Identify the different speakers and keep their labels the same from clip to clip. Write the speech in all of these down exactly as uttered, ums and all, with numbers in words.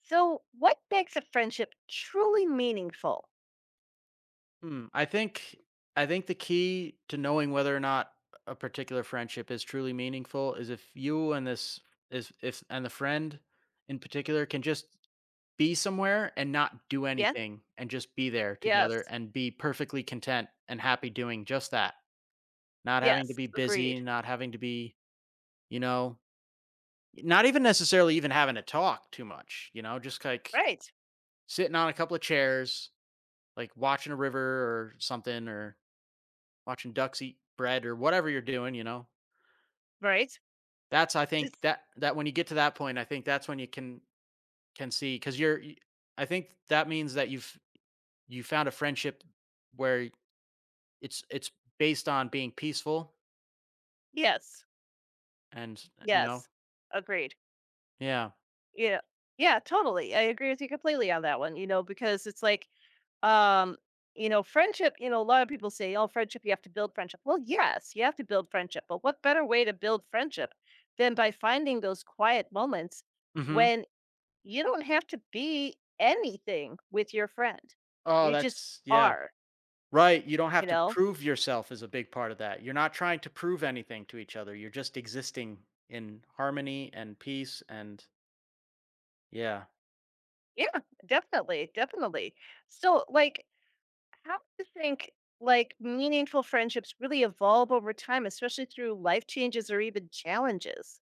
Speaker 1: So, what makes a friendship truly meaningful?
Speaker 2: Hmm, I think I think the key to knowing whether or not a particular friendship is truly meaningful is if you and this is if and the friend in particular can just be somewhere and not do
Speaker 1: Yeah.
Speaker 2: anything and just be there together
Speaker 1: Yes.
Speaker 2: and be perfectly content and happy doing just that. Not having to
Speaker 1: Yes.
Speaker 2: be busy,
Speaker 1: Agreed.
Speaker 2: not having to be, you know, not even necessarily even having to talk too much, you know, just like
Speaker 1: Right.
Speaker 2: sitting on a couple of chairs, like watching a river or something or watching ducks eat bread or whatever you're doing, you know.
Speaker 1: Right.
Speaker 2: That's I think
Speaker 1: Just
Speaker 2: that that when you get to that point, I think that's when you can can see because you're. y- I think that means that you've you found a friendship where it's it's based on being peaceful
Speaker 1: yes.
Speaker 2: and you know
Speaker 1: Yes. Agreed.
Speaker 2: yeah.
Speaker 1: Yeah. Yeah, totally. I agree with you completely on that one, you know, because it's like um, you know, friendship, you know, a lot of people say, "Oh, friendship, you have to build friendship." Well, yes, you have to build friendship, but what better way to build friendship than by finding those quiet moments
Speaker 2: hmm
Speaker 1: when you don't have to be anything with your friend.
Speaker 2: Oh,
Speaker 1: You just
Speaker 2: that's yeah.
Speaker 1: are,
Speaker 2: Right. You don't
Speaker 1: you
Speaker 2: have to
Speaker 1: know?
Speaker 2: prove yourself is a big part of that. You're not trying to prove anything to each other. You're just existing in harmony and peace and yeah.
Speaker 1: Yeah, definitely, definitely. So, like, how do you think like meaningful friendships really evolve over time, especially through life changes or even challenges?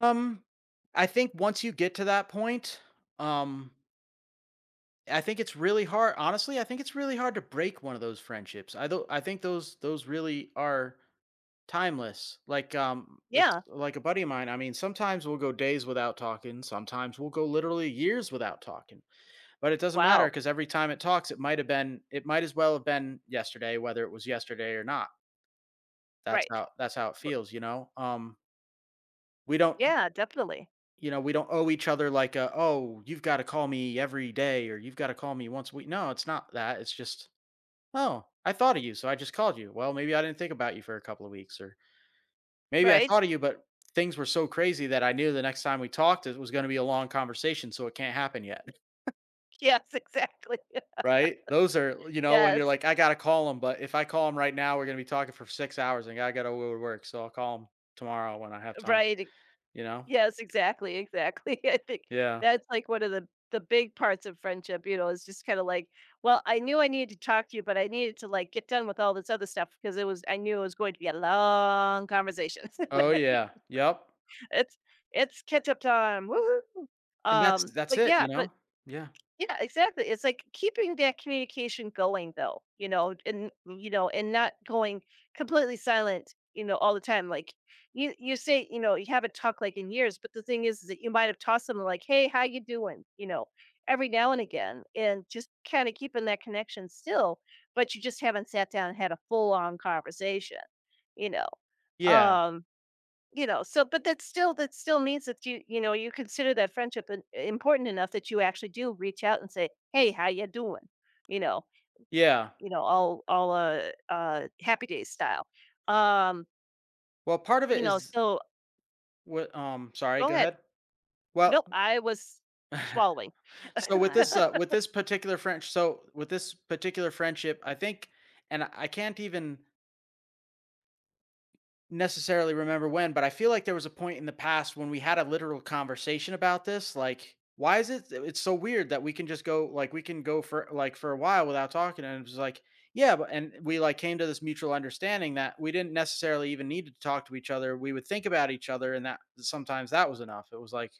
Speaker 2: Um, I think once you get to that point, um, I think it's really hard. Honestly, I think it's really hard to break one of those friendships. I do I think those those really are timeless. Like um, this,
Speaker 1: Yeah.
Speaker 2: like a buddy of mine. I mean, sometimes we'll go days without talking. Sometimes we'll go literally years without talking. But it doesn't matter
Speaker 1: Wow.
Speaker 2: because every time it talks, it might have been, it might as well have been yesterday, whether it was yesterday or not. That's
Speaker 1: Right.
Speaker 2: how that's how it
Speaker 1: R-
Speaker 2: feels, you know. Um, we don't.
Speaker 1: Yeah, definitely.
Speaker 2: You know, we don't owe each other like a, "Oh, you've gotta call me every day," or "You've gotta call me once a week." No, it's not that, it's just, "Oh, I thought of you, so I just called you. Well, maybe I didn't think about you for a couple of weeks," or "Maybe I
Speaker 1: Right?
Speaker 2: thought of you, but things were so crazy that I knew the next time we talked, it was gonna be a long conversation, so it can't happen yet."
Speaker 1: Yes, exactly.
Speaker 2: Right? Those are You know, and you're
Speaker 1: Yes.
Speaker 2: like, "I gotta call him, but if I call him right now, we're gonna be talking for six hours, and I gotta go to work, so I'll call him tomorrow when I have time."
Speaker 1: Right.
Speaker 2: You know?
Speaker 1: Yes, exactly, exactly. I think
Speaker 2: Yeah.
Speaker 1: that's like one of the the big parts of friendship, you know, is just kind of like, well, I knew I needed to talk to you, but I needed to like get done with all this other stuff because it was I knew it was going to be a long conversation.
Speaker 2: Oh, yeah. Yep.
Speaker 1: it's it's catch up time. Woohoo.
Speaker 2: And that's
Speaker 1: Um,
Speaker 2: that's
Speaker 1: but
Speaker 2: it,
Speaker 1: yeah,
Speaker 2: you
Speaker 1: but
Speaker 2: know? Yeah.
Speaker 1: yeah, exactly. It's like keeping that communication going though, you know, and you know, and not going completely silent, you know, all the time. Like you you say, you know, you haven't talked like in years, but the thing is that you might have tossed them like, hey, how you doing? You know, every now and again and just kind of keeping that connection still, but you just haven't sat down and had a full on conversation, you know.
Speaker 2: Yeah,
Speaker 1: Um you know, so but that still that still means that you you know, you consider that friendship im important enough that you actually do reach out and say, "Hey, how you doing?" You know
Speaker 2: yeah.
Speaker 1: you know, all all, uh, uh, Happy Days style. Um,
Speaker 2: Well, part of
Speaker 1: you
Speaker 2: it
Speaker 1: know,
Speaker 2: is
Speaker 1: so
Speaker 2: what um, sorry,
Speaker 1: go
Speaker 2: go
Speaker 1: ahead.
Speaker 2: ahead. Well,
Speaker 1: Nope, I was swallowing.
Speaker 2: so with this, uh, with this particular French. So with this particular friendship, I think and I I can't even necessarily remember when, but I feel like there was a point in the past when we had a literal conversation about this. Like, why is it it's so weird that we can just go like we can go for like for a while without talking? And it was like, yeah, but and we like came to this mutual understanding that we didn't necessarily even need to talk to each other. We would think about each other, and that sometimes that was enough. It was like,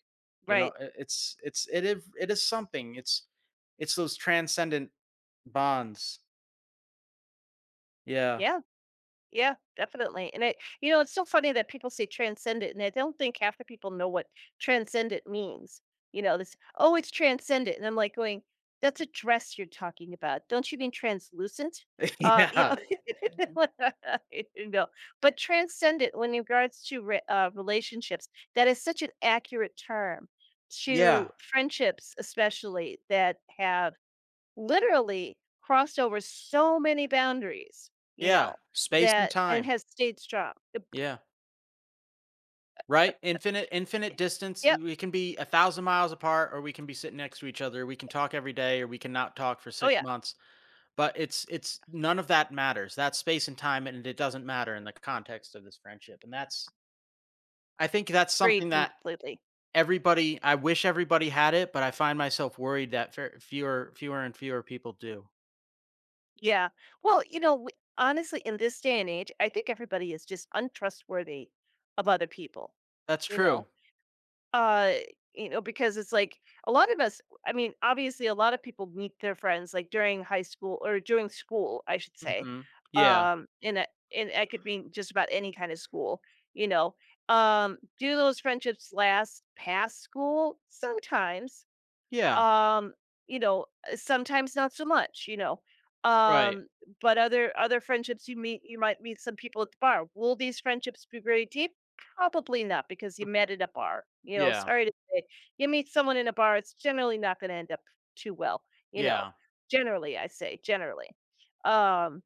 Speaker 2: you
Speaker 1: Right.
Speaker 2: know, it- it's it's it is it is something. It's it's those transcendent bonds. Yeah.
Speaker 1: Yeah. Yeah, definitely. And it, you know, it's so funny that people say transcendent, and I don't think half the people know what transcendent means. You know, this, oh, it's transcendent. And I'm like going, that's a dress you're talking about. Don't you mean translucent? Um, you know,
Speaker 2: Yeah.
Speaker 1: you know, but transcendent when in regards to re- uh, relationships, that is such an accurate term to
Speaker 2: Yeah.
Speaker 1: friendships, especially that have literally crossed over so many boundaries, you
Speaker 2: Yeah.
Speaker 1: know,
Speaker 2: Space and
Speaker 1: that and
Speaker 2: time.
Speaker 1: has stayed strong.
Speaker 2: Yeah. Right? Infinite infinite distance.
Speaker 1: Yep.
Speaker 2: We can be a thousand miles apart, or we can be sitting next to each other. We can talk every day, or we can not talk for
Speaker 1: Oh,
Speaker 2: six
Speaker 1: yeah.
Speaker 2: months. But it's it's none of that matters. That's space and time, and it doesn't matter in the context of this friendship. And that's I think that's
Speaker 1: Agreed
Speaker 2: something that
Speaker 1: completely.
Speaker 2: everybody. I wish everybody had it, but I find myself worried that fer- fewer fewer and fewer people do.
Speaker 1: Yeah. Well, you know, w honestly, in this day and age, I think everybody is just untrustworthy of other people,
Speaker 2: That's
Speaker 1: you
Speaker 2: true.
Speaker 1: know? Uh, you know, because it's like a lot of us I mean, obviously a lot of people meet their friends like during high school or during school, I should say.
Speaker 2: hmm Yeah.
Speaker 1: Um, in a and that could mean just about any kind of school, you know. Um, do those friendships last past school? Sometimes
Speaker 2: Yeah.
Speaker 1: um you know uh, sometimes not so much you know
Speaker 2: Right.
Speaker 1: um but other other friendships you meet you might meet some people at the bar, will these friendships be very deep? Probably not, because you met at a bar, you know,
Speaker 2: Yeah.
Speaker 1: sorry to say. You meet someone in a bar, it's generally not going to end up too well, you know.
Speaker 2: Yeah.
Speaker 1: Generally, I say generally. um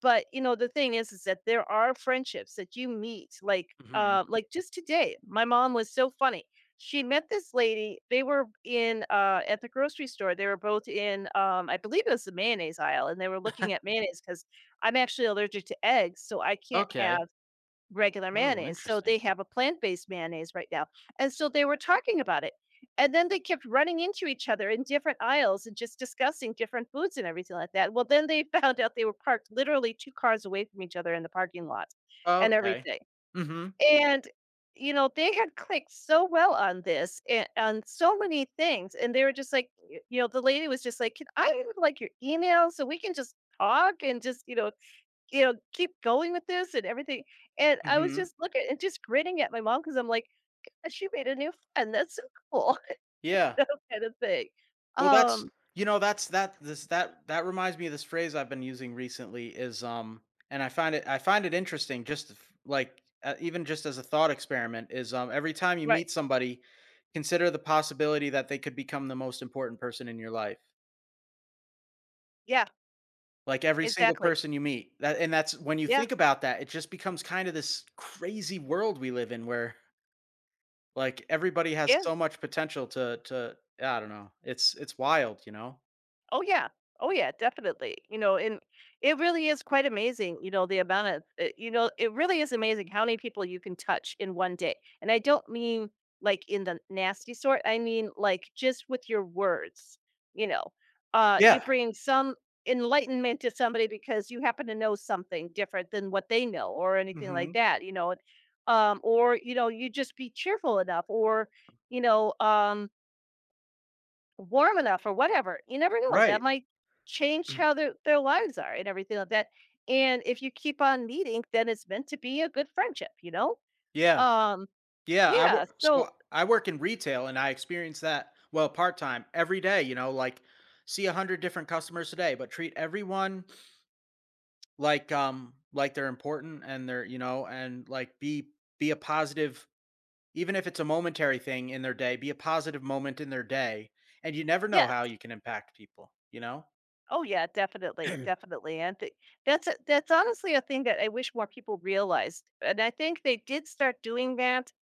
Speaker 1: but, you know, the thing is is that there are friendships that you meet, like,
Speaker 2: hmm
Speaker 1: uh, like just today, my mom was so funny. She met this lady, they were in, uh at the grocery store, they were both in, um, I believe it was the mayonnaise aisle, and they were looking at mayonnaise because 'cause I'm actually allergic to eggs, so I can't
Speaker 2: Okay.
Speaker 1: have regular
Speaker 2: Oh,
Speaker 1: mayonnaise, so
Speaker 2: interesting.
Speaker 1: they have a plant-based mayonnaise right now, and so they were talking about it, and then they kept running into each other in different aisles and just discussing different foods and everything like that. Well, then they found out they were parked literally two cars away from each other in the parking lot and
Speaker 2: Okay.
Speaker 1: everything,
Speaker 2: Mhm,
Speaker 1: and, you know, they had clicked so well on this and on so many things, and they were just like, y you know, the lady was just like, "Can I have, like, your email so we can just talk and just, you know, you know, keep going with this and everything." And I was
Speaker 2: mhm.
Speaker 1: just looking and just grinning at my mom because I'm like, "Oh, she made a new friend. That's so cool." You
Speaker 2: Yeah.
Speaker 1: kind of thing.
Speaker 2: Well, that's
Speaker 1: Um,
Speaker 2: you know, that's that this that that reminds me of this phrase I've been using recently is, um and I find it I find it interesting just f like, uh, even just as a thought experiment is, um, every time you
Speaker 1: right.
Speaker 2: meet somebody, consider the possibility that they could become the most important person in your life.
Speaker 1: Yeah,
Speaker 2: Like, every single
Speaker 1: exactly.
Speaker 2: person you meet, that and that's when you
Speaker 1: Yeah.
Speaker 2: think about that, it just becomes kind of this crazy world we live in where like, everybody has
Speaker 1: Yeah.
Speaker 2: so much potential to to I don't know. It's it's wild, you know?
Speaker 1: Oh yeah. Oh yeah, definitely. You know, and it really is quite amazing, you know, the amount of uh, you know, it really is amazing how many people you can touch in one day. And I don't mean like in the nasty sort, I mean like just with your words, you know. Uh you
Speaker 2: Yeah.
Speaker 1: bring some enlightenment to somebody because you happen to know something different than what they know or anything like
Speaker 2: Mhm.
Speaker 1: that, you know. Um or you know, you just be cheerful enough or you know, um warm enough or whatever. You never know. That
Speaker 2: Right.
Speaker 1: might change how their their lives are and everything like that. And if you keep on meeting, then it's meant to be a good friendship, you know?
Speaker 2: Yeah.
Speaker 1: Um,
Speaker 2: Yeah, I
Speaker 1: yeah.
Speaker 2: work
Speaker 1: So
Speaker 2: so I work in retail, and I experience that, well, part-time every day, you know, like, see a hundred different customers a day, but treat everyone like, um, like they're important and they're you know, and, like, be be a positive even if it's a momentary thing in their day, be a positive moment in their day, and you never know
Speaker 1: yes.
Speaker 2: how you can impact people, you know?
Speaker 1: Oh yeah, definitely, definitely. And th- that's a, that's honestly a thing that I wish more people realized. And I think they did start doing that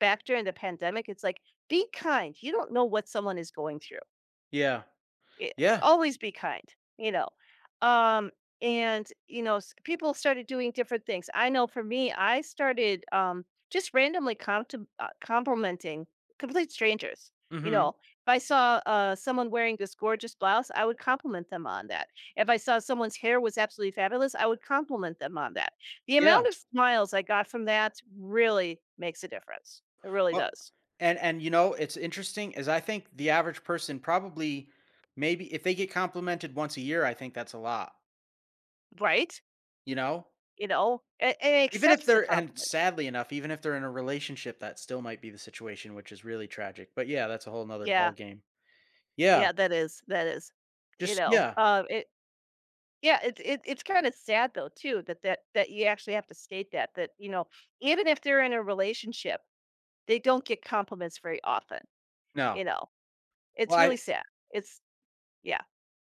Speaker 1: back during the pandemic. It's like, be kind. You don't know what someone is going through.
Speaker 2: Yeah.
Speaker 1: Eh,
Speaker 2: Yeah.
Speaker 1: always be kind, you know? Um, and, you know, s people started doing different things. I know for me, I started, um, just randomly contem uh, complimenting complete strangers, you know?
Speaker 2: Mhm.
Speaker 1: If I saw, uh, someone wearing this gorgeous blouse, I would compliment them on that. If I saw someone's hair was absolutely fabulous, I would compliment them on that. The
Speaker 2: Yeah.
Speaker 1: amount of smiles I got from that really makes a difference. It really
Speaker 2: Well,
Speaker 1: does,
Speaker 2: and and you know, it's interesting is I think the average person probably maybe if they get complimented once a year, I think that's a lot,
Speaker 1: right?
Speaker 2: you know?
Speaker 1: You know? And and it
Speaker 2: Even if
Speaker 1: accepts the
Speaker 2: they're and
Speaker 1: compliment.
Speaker 2: sadly enough, even if they're in a relationship, that still might be the situation, which is really tragic. But yeah, that's a whole nother
Speaker 1: Yeah.
Speaker 2: ball game. Yeah.
Speaker 1: Yeah, that is that is. You
Speaker 2: Just
Speaker 1: know,
Speaker 2: yeah.
Speaker 1: um, it yeah, it's it, it's kind of sad though too that that that you actually have to state that that you know even if they're in a relationship, they don't get compliments very often.
Speaker 2: No.
Speaker 1: You know, it's
Speaker 2: Well, I
Speaker 1: really sad. It's yeah,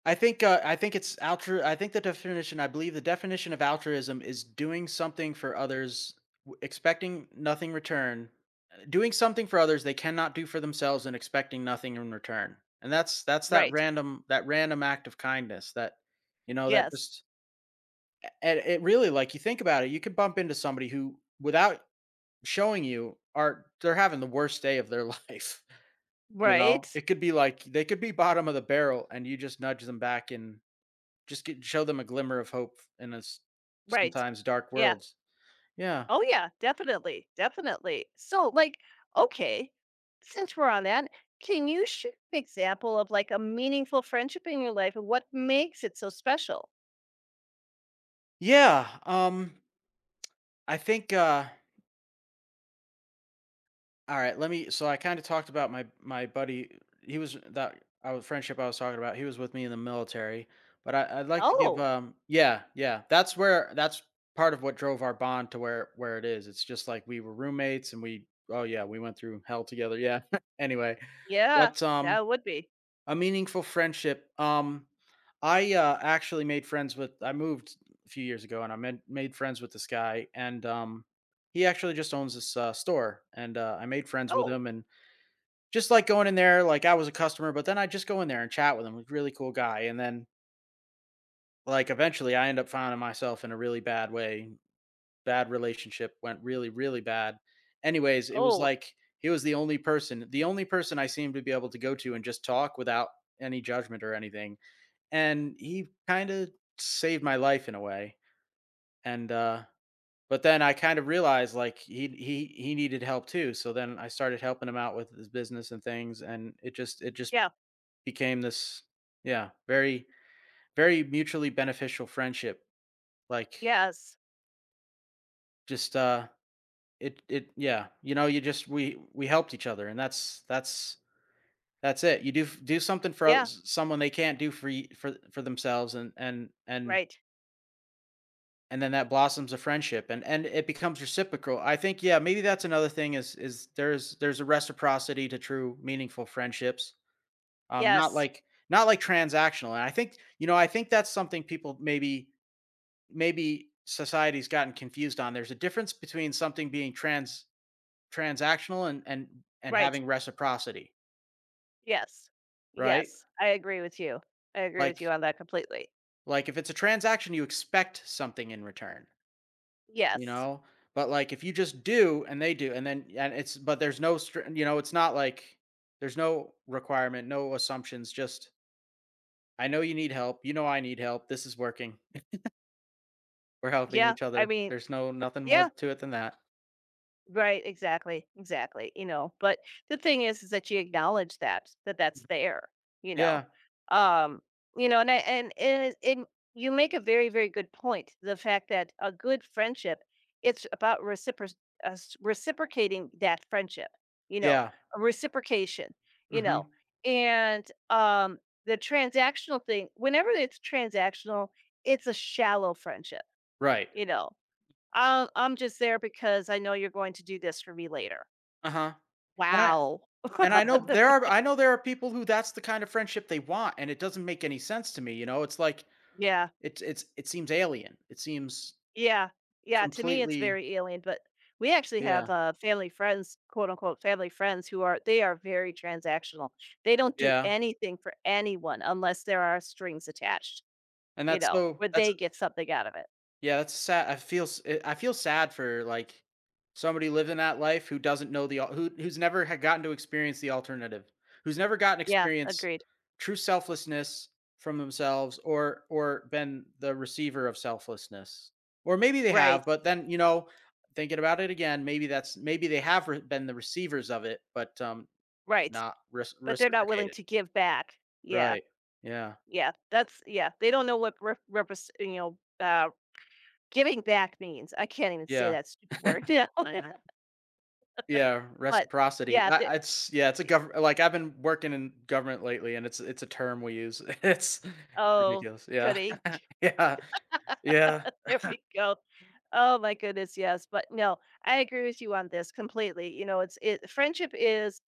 Speaker 2: I think uh, I think it's altru I think the definition I believe the definition of altruism is doing something for others, w- expecting nothing return, uh, doing something for others they cannot do for themselves and expecting nothing in return. And that's that's that
Speaker 1: right,
Speaker 2: random that random act of kindness that you know that
Speaker 1: yes,
Speaker 2: just and it really like you think about it, you could bump into somebody who without showing you are they're having the worst day of their life. You know,
Speaker 1: right,
Speaker 2: it could be like they could be bottom of the barrel and you just nudge them back in just get show them a glimmer of hope in a s
Speaker 1: right,
Speaker 2: sometimes dark
Speaker 1: yeah,
Speaker 2: worlds. Yeah.
Speaker 1: oh yeah, definitely, definitely. So like, okay, since we're on that, can you share an example of like a meaningful friendship in your life and what makes it so special?
Speaker 2: Yeah, um, I think, uh alright, let me so I kinda talked about my my buddy, he was that our friendship I was talking about, he was with me in the military, but I I'd like to give,
Speaker 1: Oh,
Speaker 2: um Yeah, yeah, that's where that's part of what drove our bond to where where it is. It's just like we were roommates and we Oh, yeah, we went through hell together, yeah. Anyway,
Speaker 1: yeah,
Speaker 2: but, um
Speaker 1: that would be.
Speaker 2: a meaningful friendship. Um, I uh, actually made friends with. I moved a few years ago, and I made made friends with this guy, and um, he actually just owns this uh, store, and uh, I made friends with
Speaker 1: Oh,
Speaker 2: him, and just like going in there, like I was a customer, but then I just go in there and chat with him. He's a really cool guy, and then like eventually, I end up finding myself in a really bad way. Bad relationship went really, really bad. Anyways, it was
Speaker 1: oh,
Speaker 2: like he was the only person, the only person I seemed to be able to go to and just talk without any judgment or anything and he kind of saved my life in a way. And uh, but then I kind of realized like he he he needed help too. So then I started helping him out with his business and things, and it just it just
Speaker 1: yeah,
Speaker 2: became this yeah very very mutually beneficial friendship. Like
Speaker 1: yes,
Speaker 2: just uh it it yeah you know you just we we helped each other and that's that's that's it you do do something for
Speaker 1: yeah,
Speaker 2: others, someone they can't do for y- for for themselves and and and
Speaker 1: right,
Speaker 2: and then that blossoms a friendship and and it becomes reciprocal I think yeah maybe that's another thing is is there's there's a reciprocity to true meaningful friendships um not
Speaker 1: yes,
Speaker 2: like not like transactional and I think you know I think that's something people maybe maybe society's gotten confused on there's a difference between something being trans transactional and and and
Speaker 1: right,
Speaker 2: having reciprocity
Speaker 1: yes,
Speaker 2: right
Speaker 1: yes. I agree with you. I agree with you
Speaker 2: like
Speaker 1: on that completely.
Speaker 2: like if it's a transaction you expect something in return. You
Speaker 1: Yes,
Speaker 2: know? But, like, if you just do and they do and then and it's but there's no str you know, it's not like there's no requirement, no assumptions, just, "I know you need help. You know I need help. This is working. We're helping
Speaker 1: yeah.
Speaker 2: each
Speaker 1: I
Speaker 2: other.
Speaker 1: mean,
Speaker 2: There's no nothing more
Speaker 1: yeah.
Speaker 2: to it than that."
Speaker 1: Right, exactly, exactly, you know, but the thing is is that you acknowledge that, that that's there, you know,
Speaker 2: Yeah.
Speaker 1: um, you know, and I and and and you make a very, very good point, the fact that a good friendship, it's about recipro uh, s reciprocating that friendship, you know,
Speaker 2: Yeah.
Speaker 1: a reciprocation, you know,
Speaker 2: Mhm.
Speaker 1: and, um, the transactional thing, whenever it's transactional, it's a shallow friendship,
Speaker 2: Right.
Speaker 1: you know. Uh, I'm just there because I know you're going to do this for me later.
Speaker 2: Uh-huh. And I
Speaker 1: Wow.
Speaker 2: and I know there are I know there are people who that's the kind of friendship they want, and it doesn't make any sense to me, you know? It's like
Speaker 1: Yeah,
Speaker 2: it's it's it seems alien. It seems
Speaker 1: yeah, yeah, to me, it's
Speaker 2: completely
Speaker 1: very alien, but we actually
Speaker 2: Yeah.
Speaker 1: have, uh, family friends, quote, unquote, "family friends" who are they are very transactional. They don't do
Speaker 2: Yeah.
Speaker 1: anything for anyone unless there are strings attached,
Speaker 2: And
Speaker 1: you
Speaker 2: that's
Speaker 1: know,
Speaker 2: so
Speaker 1: where
Speaker 2: that's
Speaker 1: they get something out of it.
Speaker 2: Yeah, that's sad. I feel s eh, I feel sad for, like, somebody living that life who doesn't know the al who who's never had gotten to experience the alternative, who's never gotten
Speaker 1: Yeah,
Speaker 2: experience
Speaker 1: agreed.
Speaker 2: true selflessness from themselves or or been the receiver of selflessness. Or maybe they
Speaker 1: Right,
Speaker 2: have, but then, you know, thinking about it again, maybe that's maybe they have re been the receivers of it, but, um,
Speaker 1: right,
Speaker 2: not res
Speaker 1: but they're not willing
Speaker 2: reciprocated.
Speaker 1: to give back. Yeah,
Speaker 2: Right. Yeah.
Speaker 1: yeah, that's yeah, they don't know what rep repres you know, uh giving back means. I can't even say
Speaker 2: Yeah.
Speaker 1: that stupid word now,
Speaker 2: Yeah,
Speaker 1: but
Speaker 2: reciprocity.
Speaker 1: yeah, the
Speaker 2: I it's yeah, it's a government. like, I've been working in government lately, and it's it's a term we use. It's it's
Speaker 1: oh,
Speaker 2: ridiculous. Yeah.
Speaker 1: goody.
Speaker 2: Yeah. Yeah.
Speaker 1: There we go. Oh my goodness, yes, but no, I agree with you on this completely. You know, it's it friendship is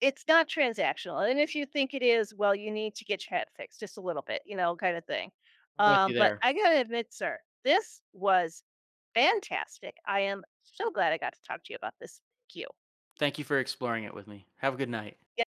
Speaker 1: it's not transactional, and if you think it is, well, you need to get your head fixed just a little bit, you know, kinda thing.
Speaker 2: I'm with
Speaker 1: Um,
Speaker 2: you
Speaker 1: but
Speaker 2: there.
Speaker 1: I gotta admit, sir, this was fantastic. I am so glad I got to talk to you about this. Thank you.
Speaker 2: Thank you for exploring it with me. Have a good night.